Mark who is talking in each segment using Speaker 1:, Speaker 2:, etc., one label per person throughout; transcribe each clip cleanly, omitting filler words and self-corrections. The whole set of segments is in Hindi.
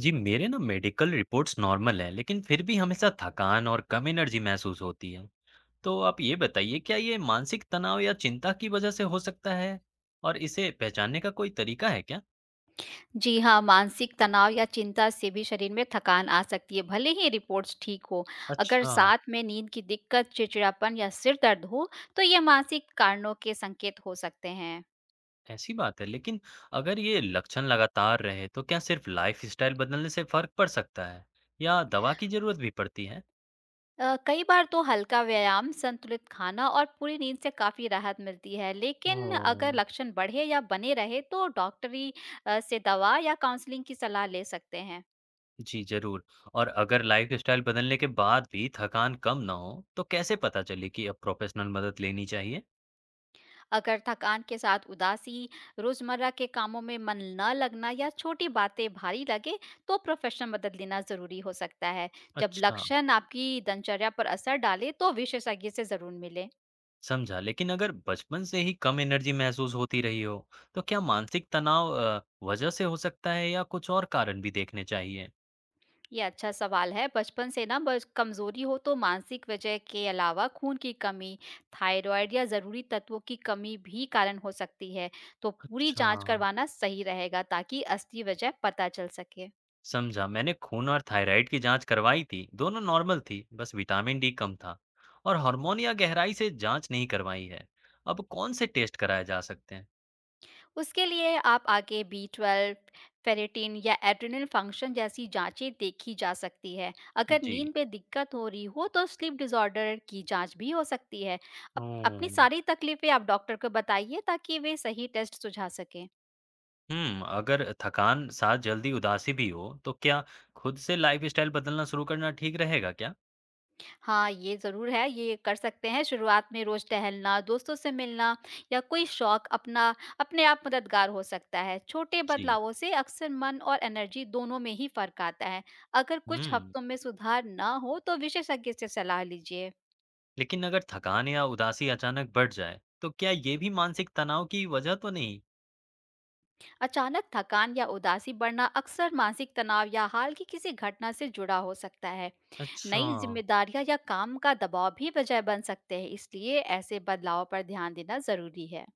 Speaker 1: जी, मेरे ना मेडिकल रिपोर्ट्स नॉर्मल हैं, लेकिन फिर भी हमेशा थकान और कम एनर्जी महसूस होती है। तो आप ये बताइए, क्या ये मानसिक तनाव या चिंता की वजह से हो सकता है? और इसे पहचानने का कोई तरीका है क्या?
Speaker 2: जी हाँ, मानसिक तनाव या चिंता से भी शरीर में थकान आ सकती है, भले ही रिपोर्ट्स ठीक हो। अगर
Speaker 1: अच्छा,
Speaker 2: साथ में नींद की दिक्कत, चिड़चिड़ापन या सिर दर्द हो, तो ये मानसिक कारणों के संकेत हो सकते हैं।
Speaker 1: ऐसी बात है। लेकिन अगर ये लक्षण लगातार रहे, तो क्या सिर्फ लाइफस्टाइल बदलने से फर्क पड़ सकता है? या दवा की जरूरत भी पड़ती है?
Speaker 2: कई बार तो हल्का व्यायाम, संतुलित खाना और पूरी नींद से काफ़ी राहत मिलती है, लेकिन अगर
Speaker 1: ओह,
Speaker 2: लक्षण बढ़े या बने रहे, तो डॉक्टरी से दवा या काउंसलिंग की सलाह ले सकते हैं।
Speaker 1: जी जरूर। और अगर लाइफस्टाइल बदलने के बाद भी थकान कम ना हो, तो कैसे पता चले कि अब प्रोफेशनल मदद लेनी चाहिए?
Speaker 2: अगर थकान के साथ उदासी, रोजमर्रा के कामों में मन न लगना या छोटी बातें भारी लगे, तो प्रोफेशनल मदद लेना ज़रूरी हो सकता है। जब
Speaker 1: अच्छा,
Speaker 2: लक्षण आपकी दिनचर्या पर असर डाले, तो विशेषज्ञ से ज़रूर मिलें।
Speaker 1: समझा। लेकिन अगर बचपन से ही कम एनर्जी महसूस होती रही हो, तो क्या मानसिक तनाव वजह से हो सकता है या कुछ और कारण भी देखने चाहिए?
Speaker 2: ये अच्छा सवाल है। बचपन से ना बस कमज़ोरी हो तो मानसिक वजह के अलावा खून की कमी, थायराइड या ज़रूरी तत्वों की कमी भी कारण हो सकती है। तो पूरी
Speaker 1: अच्छा,
Speaker 2: जांच करवाना सही रहेगा ताकि असली वजह पता चल सके।
Speaker 1: समझा। मैंने खून और थायराइड की जांच करवाई थी, दोनों नॉर्मल थी, बस विटामिन डी कम था और हार्मोन या गहराई से जांच नहीं करवाई है। अब कौन से टेस्ट कराए जा सकते हैं?
Speaker 2: उसके लिए आप आगे बी12, फेरेटिन या एड्रिनल फंक्शन जैसी जांचें देखी जा सकती है। अगर
Speaker 1: जी।
Speaker 2: नींद में दिक्कत हो रही हो तो स्लीप डिसऑर्डर की जांच भी हो सकती है। अप अपनी
Speaker 1: ओह!
Speaker 2: सारी तकलीफ़ें आप डॉक्टर को बताइए ताकि वे सही टेस्ट सुझा सकें।
Speaker 1: हुँ, अगर थकान, साथ जल्दी उदासी भी हो, तो क्या खुद से लाइफस्टाइल बदलना शुरू करना ठीक रहेगा क्या?
Speaker 2: हाँ, ये ज़रूर है, ये कर सकते हैं शुरुआत में रोज़ टहलना, दोस्तों से मिलना या कोई शौक अपना अपने आप मददगार हो सकता है। छोटे
Speaker 1: जी।
Speaker 2: बदलावों से अक्सर मन और एनर्जी दोनों में ही फ़र्क आता है। अगर कुछ
Speaker 1: हुँ।
Speaker 2: हफ्तों में सुधार ना हो तो विशेषज्ञ से सलाह लीजिए।
Speaker 1: लेकिन अगर थकान या उदासी अचानक बढ़ जाए, तो क्या ये भी मानसिक तनाव की वजह तो नहीं?
Speaker 2: अचानक थकान या उदासी बढ़ना अक्सर मानसिक तनाव या हाल की किसी घटना से जुड़ा हो सकता है।
Speaker 1: अच्छा,
Speaker 2: नई ज़िम्मेदारियाँ या काम का दबाव भी वजह बन सकते हैं, इसलिए ऐसे बदलाव पर ध्यान देना ज़रूरी है।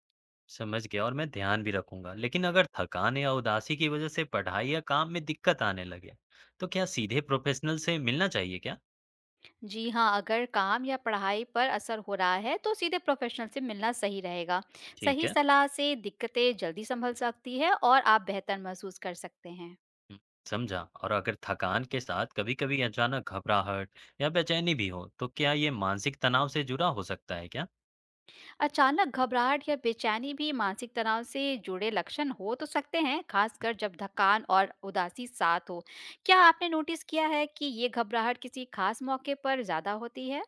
Speaker 1: समझ गया और मैं ध्यान भी रखूँगा। लेकिन अगर थकान या उदासी की वजह से पढ़ाई या काम में दिक्कत आने लगे, तो क्या सीधे प्रोफ़ेशनल से मिलना चाहिए क्या?
Speaker 2: जी हाँ, अगर काम या पढ़ाई पर असर हो रहा है तो सीधे प्रोफेशनल से मिलना सही रहेगा।
Speaker 1: ठीक
Speaker 2: सही
Speaker 1: है।
Speaker 2: सलाह से दिक्कतें जल्दी संभल सकती है और आप बेहतर महसूस कर सकते हैं।
Speaker 1: हुँ, समझा और अगर थकान के साथ कभी-कभी अचानक घबराहट या बेचैनी भी हो, तो क्या ये मानसिक तनाव से जुड़ा हो सकता है क्या?
Speaker 2: अचानक घबराहट या बेचैनी भी मानसिक तनाव से जुड़े लक्षण हो तो सकते हैं, खासकर जब थकान और उदासी साथ हो। क्या आपने नोटिस किया है कि ये घबराहट किसी खास मौके पर ज़्यादा होती है?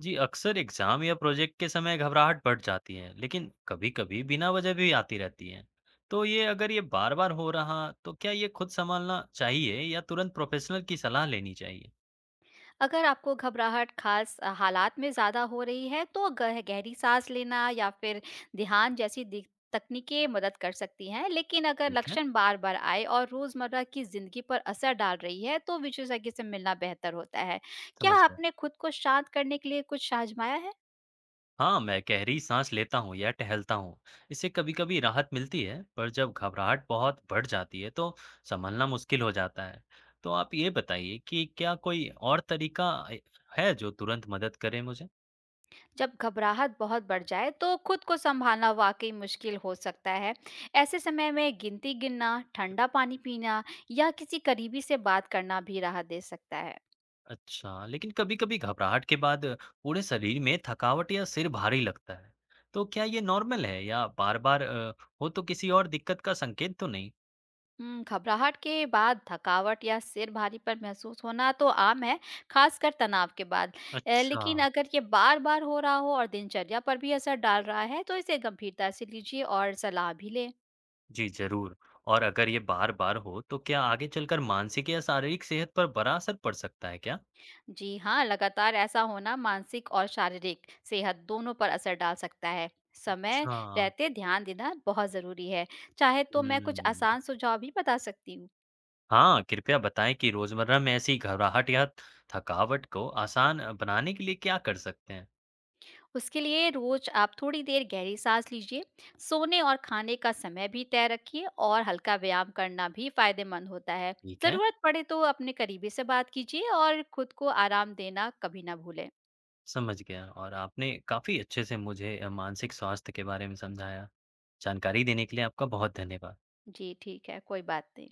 Speaker 1: जी, अक्सर एग्जाम या प्रोजेक्ट के समय घबराहट बढ़ जाती है, लेकिन कभी-कभी बिना वजह भी आती रहती है। तो ये अगर ये बार-बार हो रहा, तो क्या ये खुद संभालना चाहिए या तुरंत प्रोफेशनल की सलाह लेनी चाहिए?
Speaker 2: अगर आपको घबराहट खास हालात में ज़्यादा हो रही है तो गह गहरी सांस लेना या फिर ध्यान जैसी तकनीकें मदद कर सकती हैं, लेकिन अगर
Speaker 1: ठीक है,
Speaker 2: लक्षण बार बार आए और रोज़मर्रा की ज़िंदगी पर असर डाल रही है तो विशेषज्ञ से मिलना बेहतर होता है। क्या
Speaker 1: समझ गया।
Speaker 2: आपने खुद को शांत करने के लिए कुछ आजमाया है?
Speaker 1: हाँ, मैं गहरी सांस लेता हूँ या टहलता हूँ, इससे कभी-कभी राहत मिलती है, पर जब घबराहट बहुत बढ़ जाती है, तो संभालना मुश्किल हो जाता है। तो आप ये बताइए कि क्या कोई और तरीका है जो तुरंत मदद करे मुझे?
Speaker 2: जब घबराहट बहुत बढ़ जाए तो खुद को संभालना वाकई मुश्किल हो सकता है। ऐसे समय में गिनती गिनना, ठंडा पानी पीना या किसी करीबी से बात करना भी राहत दे सकता है।
Speaker 1: अच्छा, लेकिन कभी-कभी घबराहट के बाद पूरे शरीर में थकावट या सिर भारी लगता है। तो क्या ये नॉर्मल है या बार-बार हो तो किसी और दिक्कत का संकेत तो नहीं?
Speaker 2: हुँ, घबराहट के बाद थकावट या सिर भारीपन महसूस होना तो आम है, खासकर तनाव के बाद।
Speaker 1: अच्छा,
Speaker 2: लेकिन अगर ये बार-बार हो रहा हो और दिनचर्या पर भी असर डाल रहा है, तो इसे गंभीरता से लीजिए और सलाह भी लें।
Speaker 1: जी ज़रूर। और अगर ये बार-बार हो तो क्या आगे चलकर मानसिक या शारीरिक सेहत पर बड़ा असर पड़ सकता है क्या?
Speaker 2: जी हाँ, लगातार ऐसा होना मानसिक और शारीरिक सेहत दोनों पर असर डाल सकता है। समय
Speaker 1: अच्छा,
Speaker 2: रहते ध्यान देना बहुत ज़रूरी है। चाहे तो मैं कुछ आसान
Speaker 1: हुँ।
Speaker 2: सुझाव भी बता सकती हूँ।
Speaker 1: हाँ, कृपया बताएँ कि रोज़मर्रा में ऐसी घबराहट या थकावट को आसान बनाने के लिए क्या कर सकते हैं?
Speaker 2: उसके लिए रोज आप थोड़ी देर गहरी सांस लीजिए, सोने और खाने का समय भी तय रखिए और हल्का व्यायाम करना भी फायदेमंद होता है।
Speaker 1: ठीक है।
Speaker 2: जरूरत पड़े तो अपने करीबी से बात कीजिए और खुद को आराम देना कभी ना भूलें।
Speaker 1: समझ गया और आपने काफ़ी अच्छे से मुझे मानसिक स्वास्थ्य के बारे में समझाया। जानकारी देने के लिए आपका बहुत धन्यवाद।
Speaker 2: जी ठीक है, कोई बात नहीं।